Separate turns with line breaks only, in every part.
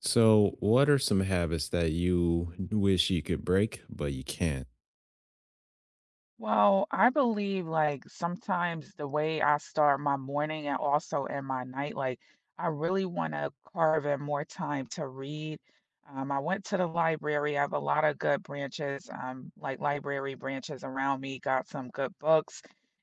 So, what are some habits that you wish you could break but you can't?
Well, I believe like sometimes the way I start my morning and also in my night, like I really want to carve in more time to read. I went to the library. I have a lot of good branches, like library branches around me, got some good books.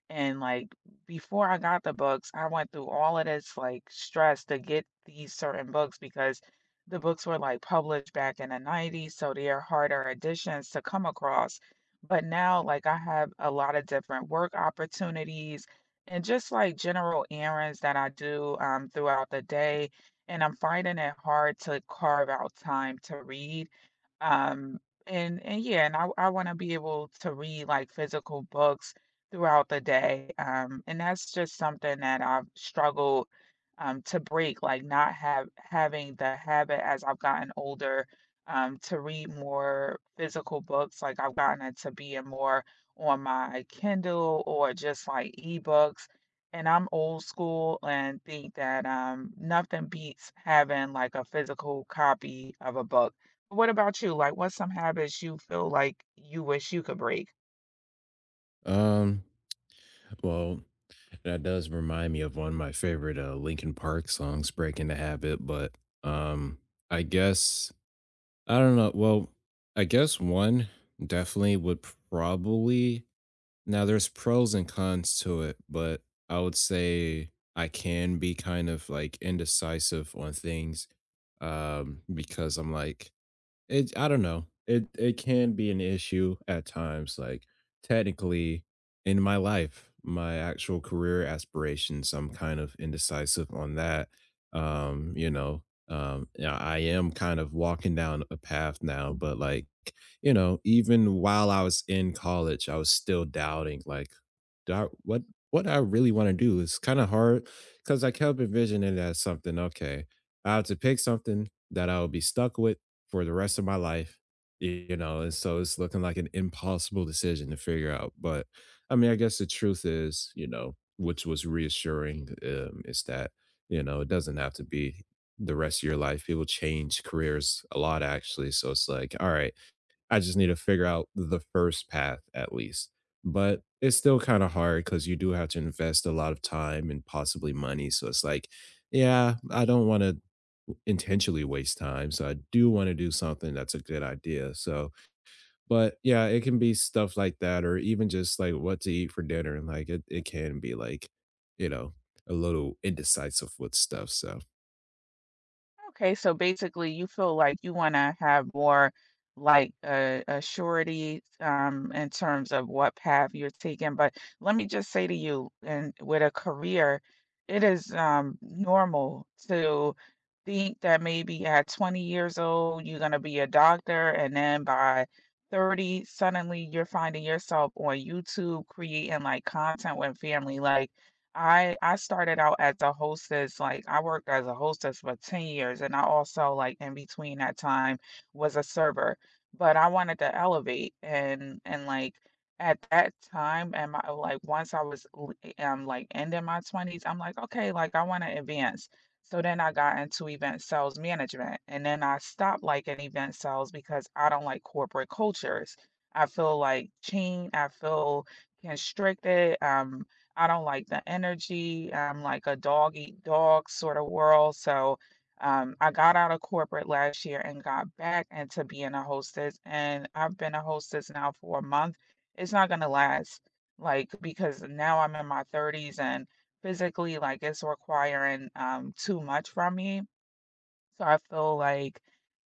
And like before I got the books, I went through all of this like stress to get these certain books because the books were like published back in the 90s, so they are harder editions to come across. But now, like, I have a lot of different work opportunities and just like general errands that I do throughout the day. And I'm finding it hard to carve out time to read. Um, and yeah, and I want to be able to read like physical books throughout the day. And that's just something that I've struggled to break, like not have having the habit as I've gotten older to read more physical books. Like I've gotten into being more on my Kindle or just like ebooks. And I'm old school and think that nothing beats having like a physical copy of a book. What about you? Like, what's some habits you feel like you wish you could break?
Um, well, that does remind me of one of my favorite Linkin Park songs, "Breaking the Habit." But um, I guess I don't know. Well, I guess one definitely would probably. Now, there's pros and cons to it, but I would say I can be kind of like indecisive on things because I'm like It I don't know. It can be an issue at times, like, technically, in my life, my actual career aspirations, I'm kind of indecisive on that. Um, you know, yeah, I am kind of walking down a path now, but, like, you know, even while I was in college, I was still doubting, like, "Do I, what I really wanna do?" It's kinda hard because I kept envisioning it as something, "Okay, I have to pick something that I'll be stuck with for the rest of my life, you know, and so it's looking like an impossible decision to figure out." But I mean, I guess the truth is, you know, which was reassuring is that, you know, it doesn't have to be the rest of your life. People change careers a lot, actually. So it's like, all right, I just need to figure out the first path at least. But it's still kind of hard because you do have to invest a lot of time and possibly money. So it's like, yeah, I don't want to intentionally waste time. So I do want to do something that's a good idea. So, but yeah, it can be stuff like that, or even just like what to eat for dinner. And like it can be like, you know, a little indecisive with stuff. So,
Okay, so basically, you feel like you want to have more like a surety in terms of what path you're taking. But let me just say to you, and with a career, it is normal to think that maybe at 20 years old, you're going to be a doctor, and then by 30, suddenly you're finding yourself on YouTube creating like content with family. Like, I started out as a hostess, like, I worked as a hostess for 10 years, and I also, like, in between that time was a server, but I wanted to elevate, and like, at that time and my like, once I was like, ending my 20s, I'm like, "Okay, like, I wanna advance." So then I got into event sales management, and then I stopped liking event sales because I don't like corporate cultures. I feel, like, chained, I feel constricted, I don't like the energy. I'm like a dog eat dog sort of world. So I got out of corporate last year and got back into being a hostess. And I've been a hostess now for a month. It's not going to last, like, because now I'm in my 30s and physically, like, it's requiring too much from me, so I feel like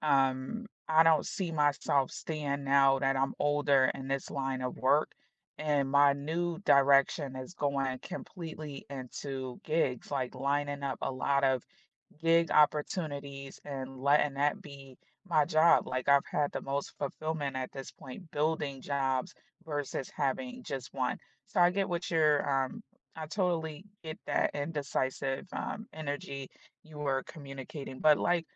I don't see myself staying now that I'm older in this line of work. And my new direction is going completely into gigs, like lining up a lot of gig opportunities and letting that be my job. Like I've had the most fulfillment at this point building jobs versus having just one. So I get what you're I totally get that indecisive energy you were communicating. But like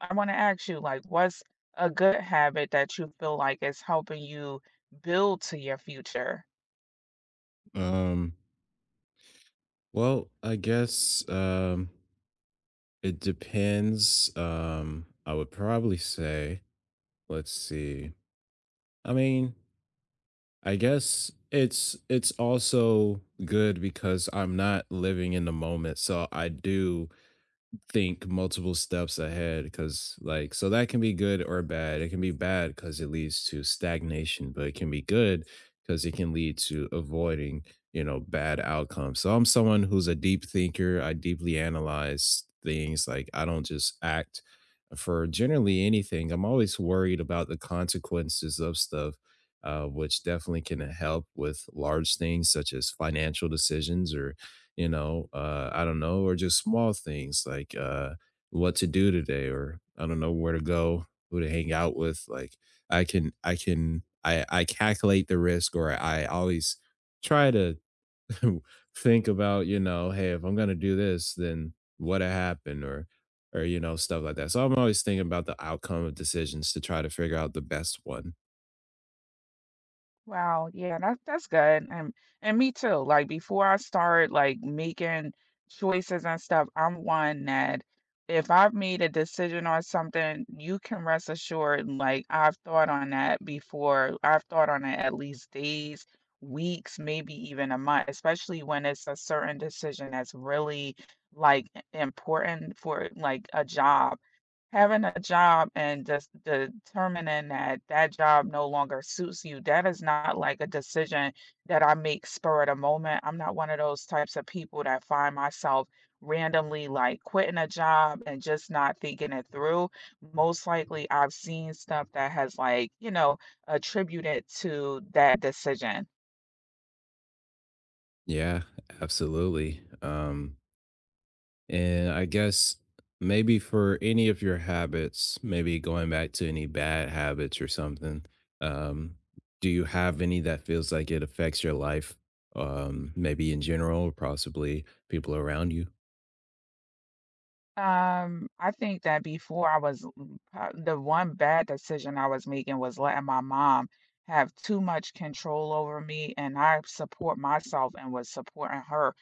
I want to ask you like what's a good habit that you feel like is helping you build to your future?
um, well, I guess, um, it depends. I would probably say, let's see. I mean, I guess it's also good because I'm not living in the moment. So I do think multiple steps ahead because like so that can be good or bad. It can be bad because it leads to stagnation, but it can be good because it can lead to avoiding, you know, bad outcomes. So I'm someone who's a deep thinker. I deeply analyze things, like I don't just act for generally anything. I'm always worried about the consequences of stuff, which definitely can help with large things such as financial decisions or, you know, I don't know, or just small things like what to do today, or I don't know where to go, who to hang out with. Like I can I can I calculate the risk, or I always try to think about, you know, hey, if I'm going to do this, then what happened, or, you know, stuff like that. So I'm always thinking about the outcome of decisions to try to figure out the best one.
Wow, yeah, that's good, and me too. Like before I start like making choices and stuff, I'm one that if I've made a decision on something, you can rest assured like I've thought on that before. I've thought on it at least days, weeks, maybe even a month, especially when it's a certain decision that's really like important for like a job. Having a job and just determining that job no longer suits you, that is not like a decision that I make spur of the moment. I'm not one of those types of people that find myself randomly like quitting a job and just not thinking it through. Most likely, I've seen stuff that has like, you know, attributed to that decision.
Yeah, absolutely. And I guess maybe for any of your habits, maybe going back to any bad habits or something, um, do you have any that feels like it affects your life? Maybe in general, or possibly people around you?
I think that before I was l the one bad decision I was making was letting my mom have too much control over me, and I support myself and was supporting her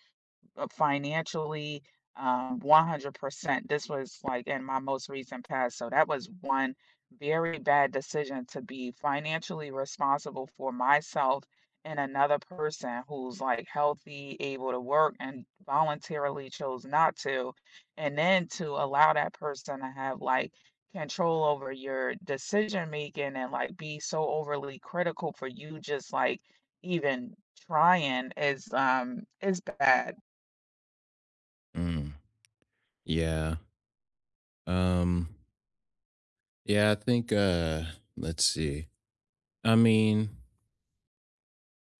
financially, 100%. This was like in my most recent past. So that was one very bad decision to be financially responsible for myself and another person who's like healthy, able to work, and voluntarily chose not to. And then to allow that person to have like control over your decision making and like be so overly critical for you just like even trying is bad.
Mm, yeah. Um, yeah, I think let's see. I mean,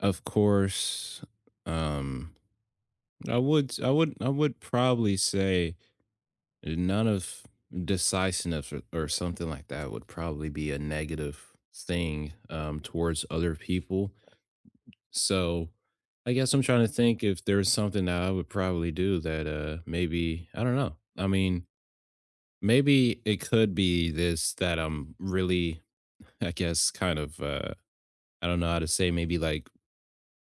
of course, um I would probably say none of decisiveness or something like that would probably be a negative thing towards other people. So I guess I'm trying to think if there's something that I would probably do that, maybe, I don't know. I mean, maybe it could be this that I'm really, I guess, kind of I don't know how to say, maybe like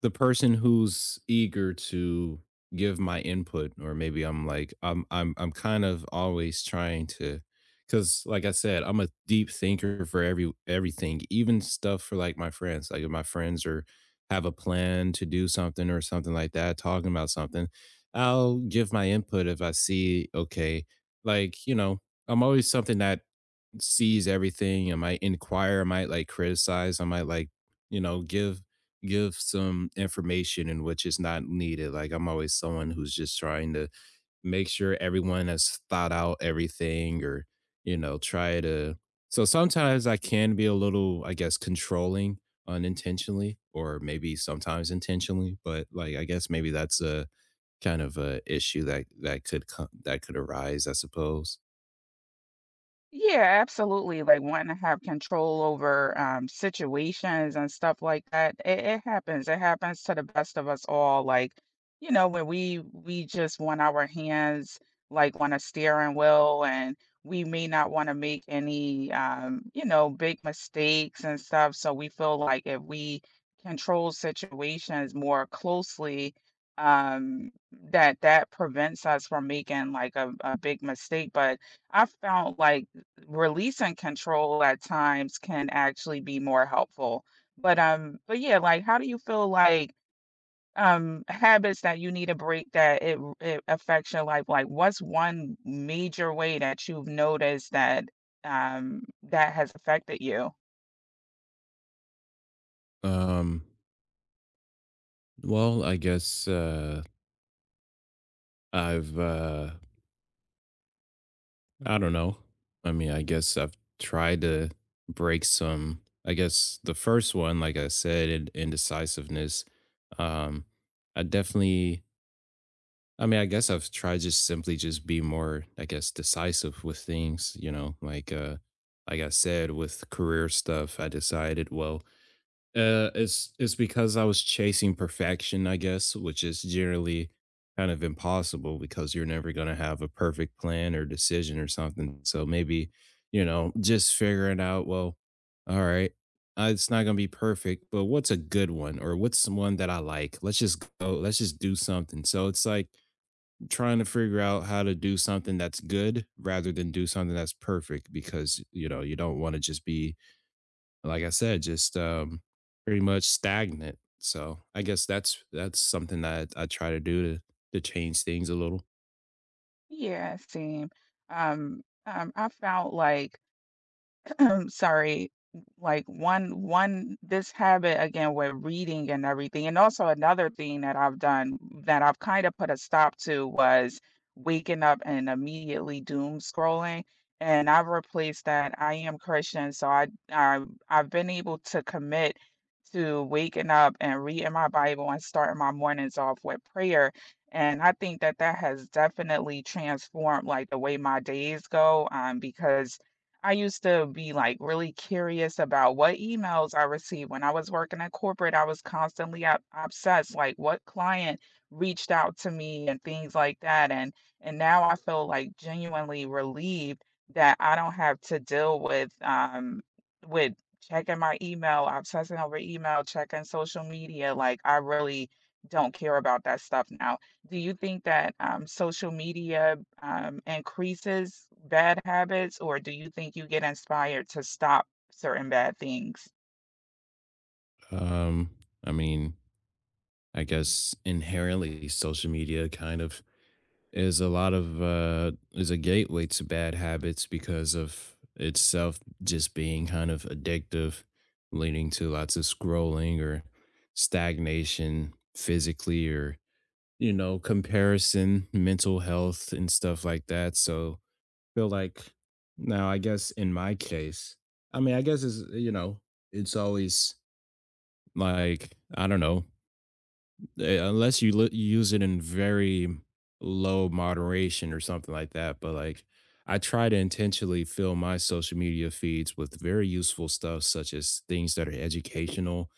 the person who's eager to give my input, or maybe I'm like I'm kind of always trying to, cuz like I said, I'm a deep thinker for everything, even stuff for like my friends. Like if my friends are have a plan to do something or something like that, talking about something, I'll give my input if I see, okay, like, you know, I'm always something that sees everything. I might inquire, I might like criticize, I might like, you know, give some information in which is not needed. Like I'm always someone who's just trying to make sure everyone has thought out everything, or, you know, try to. So sometimes I can be a little, I guess, controlling unintentionally, or maybe sometimes intentionally, but like I guess maybe that's a kind of a issue that could come that could arise, I suppose.
Yeah, absolutely. Like wanting to have control over situations and stuff like that. It happens. It happens to the best of us all. Like, you know, when we just want our hands like on a steering wheel, and we may not want to make any you know, big mistakes and stuff. So we feel like if we control situations more closely, that that prevents us from making like a big mistake. But I found like release and control at times can actually be more helpful. But yeah, like how do you feel like habits that you need to break that it affects your life? Like what's one major way that you've noticed that that has affected you?
Um well, I guess I've uh I don't know. I mean, I guess I've tried to break some. I guess the first one, like I said, indecisiveness. Um, I definitely. I mean, I guess I've tried just simply just be more, I guess, decisive with things. You know, like I said, with career stuff, I decided well. It's because I was chasing perfection, I guess, which is generally kind of impossible because you're never going to have a perfect plan or decision or something. So maybe, you know, just figuring out, well, all right, it's not going to be perfect, but what's a good one, or what's one that I like? Let's just go, let's just do something. So it's like trying to figure out how to do something that's good rather than do something that's perfect, because, you know, you don't want to just be, like I said, just, pretty much stagnant. So, I guess that's something that I try to do to change things a little.
Yeah, same. I felt like sorry, like one this habit again with reading and everything and also another thing that I've done that I've kind of put a stop to was waking up and immediately doom scrolling, and I've replaced that. I am Christian, so I I've been able to commit to waking up and reading my Bible and starting my mornings off with prayer, and I think that that has definitely transformed like the way my days go because I used to be like really curious about what emails I received. When I was working in corporate, I was constantly obsessed, like what client reached out to me and things like that. And now I feel like genuinely relieved that I don't have to deal with with checking my email, obsessing over email, checking social media. Like I really don't care about that stuff now. Do you think that social media increases bad habits, or do you think you get inspired to stop certain bad things?
Um, I mean, I guess inherently social media kind of is a lot of, is a gateway to bad habits because of itself just being kind of addictive, leading to lots of scrolling or stagnation physically, or, you know, comparison, mental health, and stuff like that. So, feel like now I guess in my case, I mean, I guess it's you know, it's always like I don't know, eh, unless you use it in very low moderation or something like that. But like, I try to intentionally fill my social media feeds with very useful stuff, such as things that are educational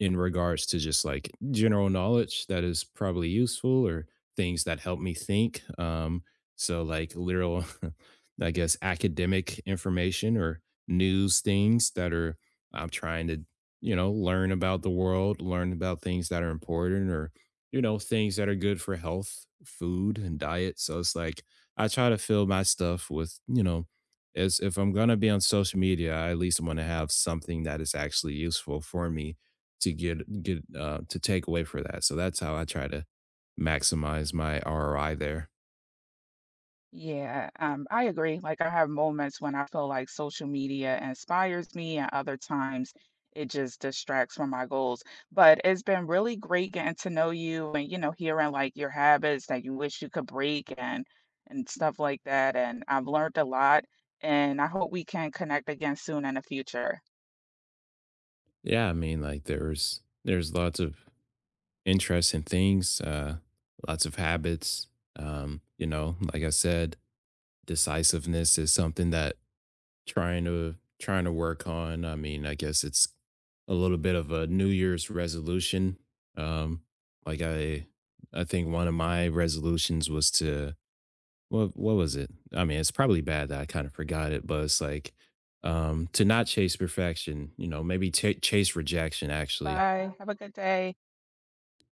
in regards to just like general knowledge that is probably useful, or things that help me think. So like literal, I guess, academic information or news things that are, I'm trying to, you know, learn about the world, learn about things that are important, or, you know, things that are good for health, food and diet. So it's like I try to fill my stuff with, you know, as if I'm gonna be on social media, I at least want to have something that is actually useful for me to get to take away for that. So that's how I try to maximize my ROI there.
Yeah, I agree. Like I have moments when I feel like social media inspires me, and other times it just distracts from my goals. But it's been really great getting to know you and, you know, hearing like your habits that you wish you could break and stuff like that. And I've learned a lot, and I hope we can connect again soon in the future.
Yeah, I mean, like there's lots of interesting things, lots of habits. You know, like I said, decisiveness is something that trying to work on. I mean, I guess it's a little bit of a New Year's resolution. Um, like I think one of my resolutions was to, what was it? I mean, it's probably bad that I kind of forgot it, but it's like to not chase perfection, you know, maybe ta chase rejection actually.
Bye. Have a good day.